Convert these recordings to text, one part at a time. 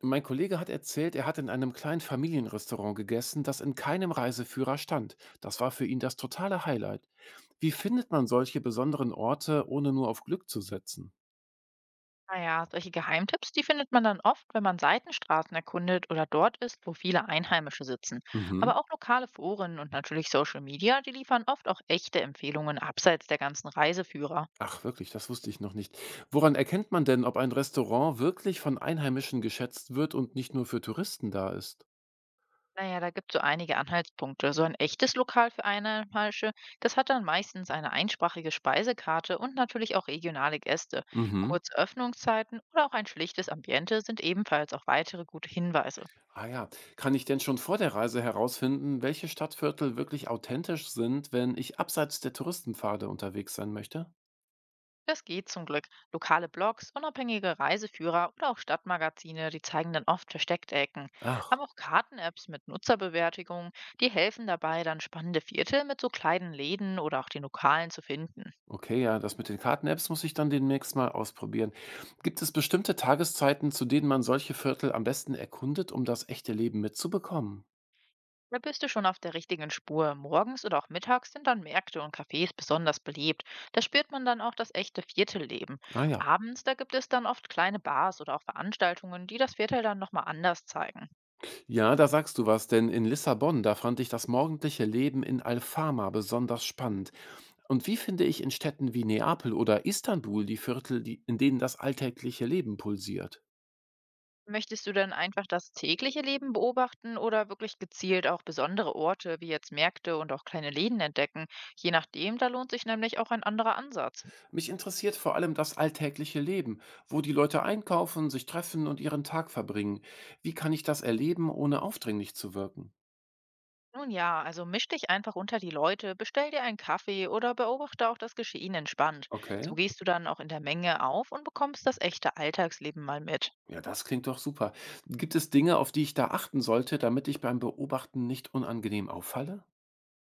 Mein Kollege hat erzählt, er hat in einem kleinen Familienrestaurant gegessen, das in keinem Reiseführer stand. Das war für ihn das totale Highlight. Wie findet man solche besonderen Orte, ohne nur auf Glück zu setzen? Naja, solche Geheimtipps, die findet man dann oft, wenn man Seitenstraßen erkundet oder dort ist, wo viele Einheimische sitzen. Mhm. Aber auch lokale Foren und natürlich Social Media, die liefern oft auch echte Empfehlungen abseits der ganzen Reiseführer. Ach, wirklich, das wusste ich noch nicht. Woran erkennt man denn, ob ein Restaurant wirklich von Einheimischen geschätzt wird und nicht nur für Touristen da ist? Naja, da gibt es so einige Anhaltspunkte. So ein echtes Lokal für Einheimische, das hat dann meistens eine einsprachige Speisekarte und natürlich auch regionale Gäste. Mhm. Kurz Öffnungszeiten oder auch ein schlichtes Ambiente sind ebenfalls auch weitere gute Hinweise. Ah ja, kann ich denn schon vor der Reise herausfinden, welche Stadtviertel wirklich authentisch sind, wenn ich abseits der Touristenpfade unterwegs sein möchte? Das geht zum Glück. Lokale Blogs, unabhängige Reiseführer oder auch Stadtmagazine, die zeigen dann oft versteckte Ecken. Ach. Aber auch Karten-Apps mit Nutzerbewertungen, die helfen dabei, dann spannende Viertel mit so kleinen Läden oder auch den Lokalen zu finden. Okay, ja, das mit den Karten-Apps muss ich dann demnächst mal ausprobieren. Gibt es bestimmte Tageszeiten, zu denen man solche Viertel am besten erkundet, um das echte Leben mitzubekommen? Da bist du schon auf der richtigen Spur. Morgens oder auch mittags sind dann Märkte und Cafés besonders belebt. Da spürt man dann auch das echte Viertelleben. Ah ja. Abends, da gibt es dann oft kleine Bars oder auch Veranstaltungen, die das Viertel dann nochmal anders zeigen. Ja, da sagst du was, denn in Lissabon, da fand ich das morgendliche Leben in Alfama besonders spannend. Und wie finde ich in Städten wie Neapel oder Istanbul die Viertel, in denen das alltägliche Leben pulsiert? Möchtest du dann einfach das tägliche Leben beobachten oder wirklich gezielt auch besondere Orte wie jetzt Märkte und auch kleine Läden entdecken? Je nachdem, da lohnt sich nämlich auch ein anderer Ansatz. Mich interessiert vor allem das alltägliche Leben, wo die Leute einkaufen, sich treffen und ihren Tag verbringen. Wie kann ich das erleben, ohne aufdringlich zu wirken? Nun ja, also misch dich einfach unter die Leute, bestell dir einen Kaffee oder beobachte auch das Geschehen entspannt. Okay, So gehst du dann auch in der Menge auf und bekommst das echte Alltagsleben mal mit. ja, das klingt doch super. Gibt es Dinge, auf die ich da achten sollte, damit ich beim Beobachten nicht unangenehm auffalle?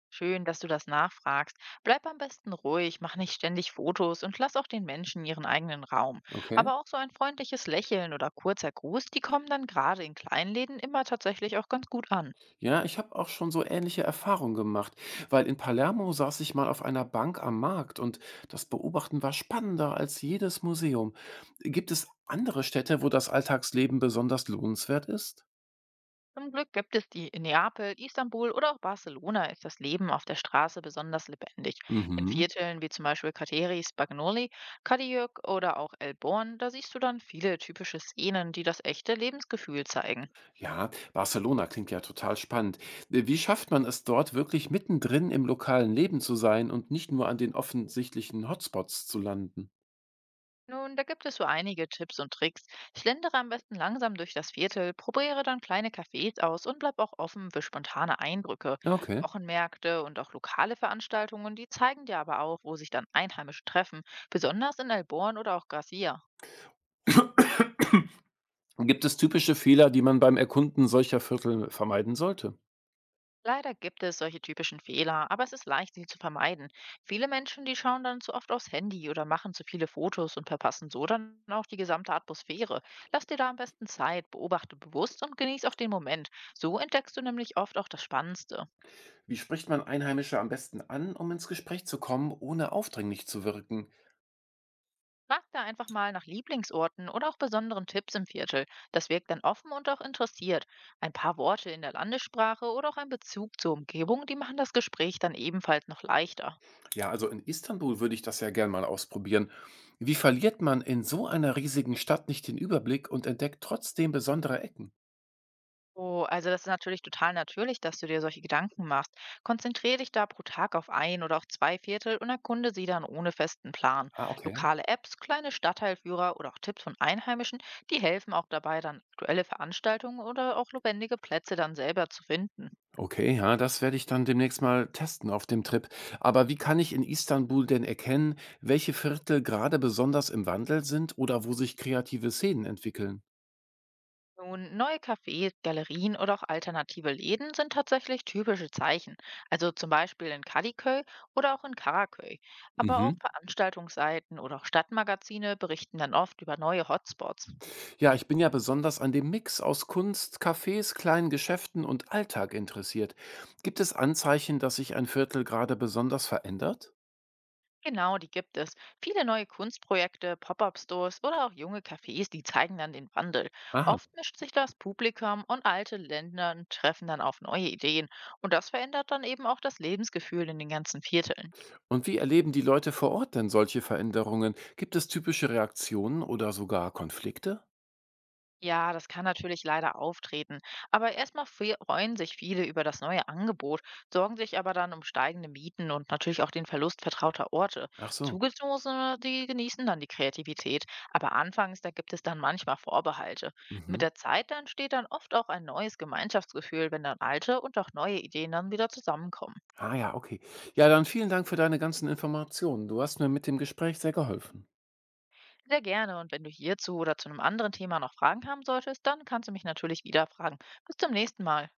Schön, dass du das nachfragst. Bleib am besten ruhig, mach nicht ständig Fotos und lass auch den Menschen ihren eigenen Raum. Okay. Aber auch so ein freundliches Lächeln oder kurzer Gruß, die kommen dann gerade in kleinen Läden immer tatsächlich auch ganz gut an. Ja, ich habe auch schon so ähnliche Erfahrungen gemacht, weil in Palermo saß ich mal auf einer Bank am Markt und das Beobachten war spannender als jedes Museum. Gibt es andere Städte, wo das Alltagsleben besonders lohnenswert ist? Zum Glück gibt es die in Neapel, Istanbul oder auch Barcelona ist das Leben auf der Straße besonders lebendig. In Mhm. Vierteln wie zum Beispiel Kateri, Spagnoli, Kadiuk oder auch Elborn, da siehst du dann viele typische Szenen, die das echte Lebensgefühl zeigen. Ja, Barcelona klingt ja total spannend. Wie schafft man es dort wirklich mittendrin im lokalen Leben zu sein und nicht nur an den offensichtlichen Hotspots zu landen? Nun, da gibt es so einige Tipps und Tricks. Schlendere am besten langsam durch das Viertel, probiere dann kleine Cafés aus und bleib auch offen für spontane Eindrücke. Ja, okay. Wochenmärkte und auch lokale Veranstaltungen, die zeigen dir aber auch, wo sich dann Einheimische treffen, besonders in Elborn oder auch Gracia. Gibt es typische Fehler, die man beim Erkunden solcher Viertel vermeiden sollte? Leider gibt es solche typischen Fehler, aber es ist leicht, sie zu vermeiden. Viele Menschen, die schauen dann zu oft aufs Handy oder machen zu viele Fotos und verpassen so dann auch die gesamte Atmosphäre. Lass dir da am besten Zeit, beobachte bewusst und genieß auch den Moment. So entdeckst du nämlich oft auch das Spannendste. Wie spricht man Einheimische am besten an, um ins Gespräch zu kommen, ohne aufdringlich zu wirken? Frag da einfach mal nach Lieblingsorten oder auch besonderen Tipps im Viertel. Das wirkt dann offen und auch interessiert. Ein paar Worte in der Landessprache oder auch ein Bezug zur Umgebung, die machen das Gespräch dann ebenfalls noch leichter. Ja, also in Istanbul würde ich das ja gern mal ausprobieren. Wie verliert man in so einer riesigen Stadt nicht den Überblick und entdeckt trotzdem besondere Ecken? Oh, also das ist natürlich total natürlich, dass du dir solche Gedanken machst. Konzentriere dich da pro Tag auf ein oder auch zwei Viertel und erkunde sie dann ohne festen Plan. Ah, okay. Lokale Apps, kleine Stadtteilführer oder auch Tipps von Einheimischen, die helfen auch dabei, dann aktuelle Veranstaltungen oder auch lebendige Plätze dann selber zu finden. Okay, ja, das werde ich dann demnächst mal testen auf dem Trip. Aber wie kann ich in Istanbul denn erkennen, welche Viertel gerade besonders im Wandel sind oder wo sich kreative Szenen entwickeln? Nun, neue Cafés, Galerien oder auch alternative Läden sind tatsächlich typische Zeichen, also zum Beispiel in Kadıköy oder auch in Karaköy. Aber Mhm. auch Veranstaltungsseiten oder auch Stadtmagazine berichten dann oft über neue Hotspots. Ja, ich bin ja besonders an dem Mix aus Kunst, Cafés, kleinen Geschäften und Alltag interessiert. Gibt es Anzeichen, dass sich ein Viertel gerade besonders verändert? Genau, die gibt es. Viele neue Kunstprojekte, Pop-up-Stores oder auch junge Cafés, die zeigen dann den Wandel. Aha. Oft mischt sich das Publikum und alte Länder treffen dann auf neue Ideen. Und das verändert dann eben auch das Lebensgefühl in den ganzen Vierteln. Und wie erleben die Leute vor Ort denn solche Veränderungen? Gibt es typische Reaktionen oder sogar Konflikte? Ja, das kann natürlich leider auftreten. Aber erstmal freuen sich viele über das neue Angebot, sorgen sich aber dann um steigende Mieten und natürlich auch den Verlust vertrauter Orte. Ach so. Zugezogene, die genießen dann die Kreativität, aber anfangs, da gibt es dann manchmal Vorbehalte. Mit Mhm. der Zeit dann entsteht dann oft auch ein neues Gemeinschaftsgefühl, wenn dann alte und auch neue Ideen dann wieder zusammenkommen. Ah ja, okay. Ja, dann vielen Dank für deine ganzen Informationen. Du hast mir mit dem Gespräch sehr geholfen. Sehr gerne und wenn du hierzu oder zu einem anderen Thema noch Fragen haben solltest, dann kannst du mich natürlich wieder fragen. Bis zum nächsten Mal.